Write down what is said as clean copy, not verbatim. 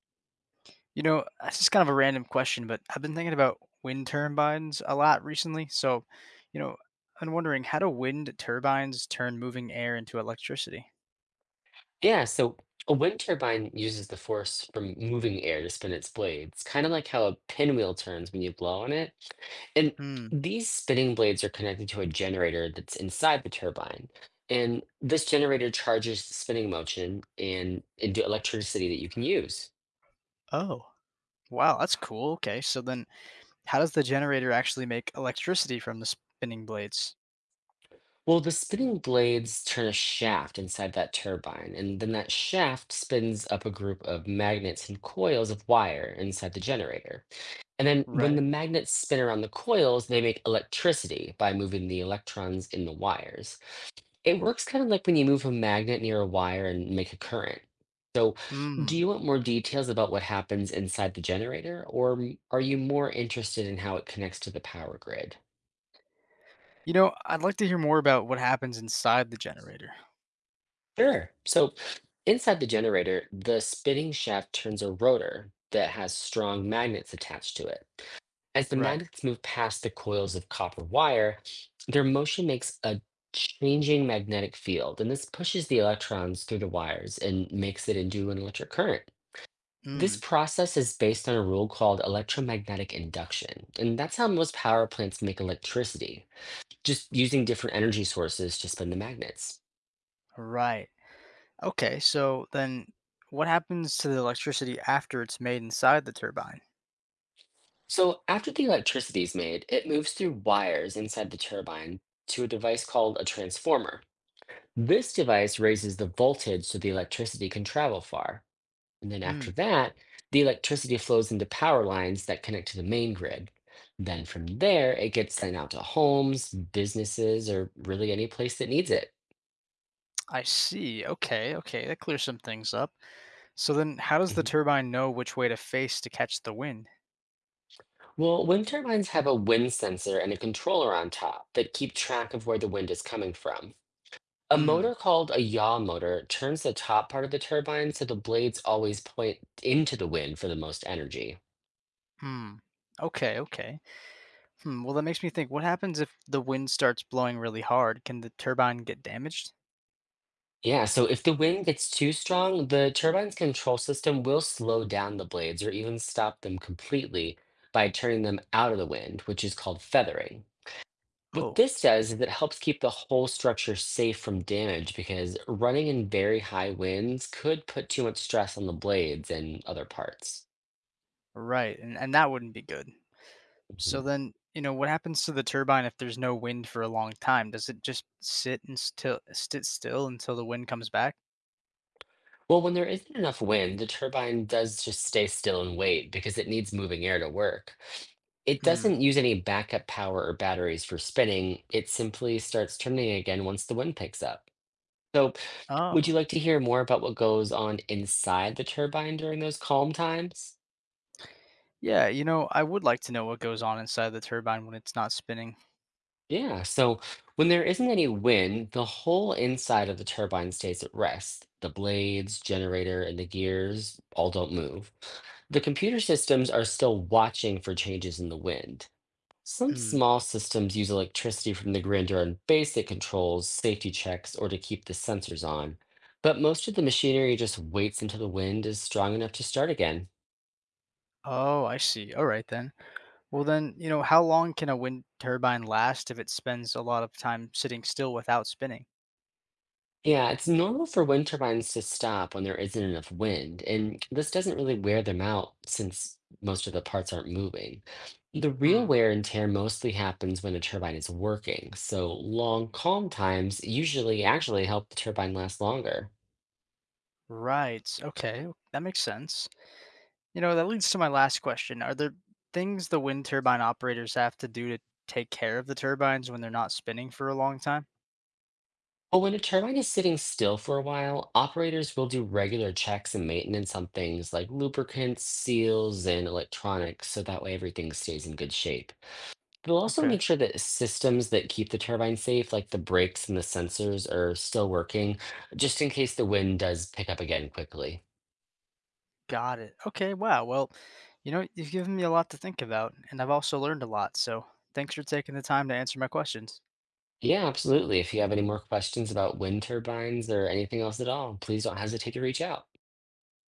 You know, it's just kind of a random question, but I've been thinking about wind turbines a lot recently. You know, I'm wondering, how do wind turbines turn moving air into electricity? Yeah, so a wind turbine uses the force from moving air to spin its blades, kind of like how a pinwheel turns when you blow on it. And Hmm. these spinning blades are connected to a generator that's inside the turbine. And this generator charges the spinning motion and into electricity that you can use. Oh. Wow, that's cool. Okay, so then how does the generator actually make electricity from the spinning blades? Well, the spinning blades turn a shaft inside that turbine, and then that shaft spins up a group of magnets and coils of wire inside the generator. And then when Right. the magnets spin around the coils, they make electricity by moving the electrons in the wires. It works kind of like when you move a magnet near a wire and make a current. So, do Hmm. you want more details about what happens inside the generator, or are you more interested in how it connects to the power grid? You know, I'd like to hear more about what happens inside the generator. Sure. So, inside the generator, the spinning shaft turns a rotor that has strong magnets attached to it. As the Right. magnets move past the coils of copper wire, their motion makes a changing magnetic field, and this pushes the electrons through the wires and makes it into an electric current. This Mm. process is based on a rule called electromagnetic induction, and that's how most power plants make electricity, just using different energy sources to spin the magnets. Right. Okay, so then what happens to the electricity after it's made inside the turbine? So, after the electricity is made, it moves through wires inside the turbine to a device called a transformer. This device raises the voltage so the electricity can travel far. And then after that, the electricity flows into power lines that connect to the main grid. Then from there, it gets sent out to homes, businesses, or really any place that needs it. I see. Okay, okay, that clears some things up. So then, how does the Mhm. turbine know which way to face to catch the wind? Well, wind turbines have a wind sensor and a controller on top that keep track of where the wind is coming from. A Hmm. motor called a yaw motor turns the top part of the turbine so the blades always point into the wind for the most energy. Hmm. Okay. Okay. Hmm. Well, that makes me think. What happens if the wind starts blowing really hard? Can the turbine get damaged? Yeah, so if the wind gets too strong, the turbine's control system will slow down the blades or even stop them completely by turning them out of the wind, which is called feathering. What Oh, this does is it helps keep the whole structure safe from damage because running in very high winds could put too much stress on the blades and other parts. right. And that wouldn't be good. So Mm-hmm. then, what happens to the turbine if there's no wind for a long time? Does it just sit still until the wind comes back? Well, when there isn't enough wind, the turbine does just stay still and wait because it needs moving air to work. It Hmm. doesn't use any backup power or batteries for spinning. It simply starts turning again once the wind picks up. So, would Oh. you like to hear more about what goes on inside the turbine during those calm times? Yeah, you know, I would like to know what goes on inside the turbine when it's not spinning. Yeah, so when there isn't any wind, the whole inside of the turbine stays at rest. The blades, generator, and the gears all don't move. The computer systems are still watching for changes in the wind. Some Hmm. small systems use electricity from the grid to run basic controls, safety checks, or to keep the sensors on. But most of the machinery just waits until the wind is strong enough to start again. Oh, I see. All right then. Well then, how long can a wind turbine last if it spends a lot of time sitting still without spinning? Yeah, it's normal for wind turbines to stop when there isn't enough wind, and this doesn't really wear them out since most of the parts aren't moving. The real Hmm. wear and tear mostly happens when a turbine is working, so long calm times usually actually help the turbine last longer. Right. Okay. That makes sense. You know, that leads to my last question. Are there things the wind turbine operators have to do to take care of the turbines when they're not spinning for a long time? But when a turbine is sitting still for a while, operators will do regular checks and maintenance on things like lubricants, seals, and electronics, so that way everything stays in good shape. They'll also Okay. make sure that systems that keep the turbine safe, like the brakes and the sensors, are still working, just in case the wind does pick up again quickly. Got it. Okay, wow. Well, you know, you've given me a lot to think about, and I've also learned a lot. So thanks for taking the time to answer my questions. Yeah, absolutely. If you have any more questions about wind turbines or anything else at all, please don't hesitate to reach out.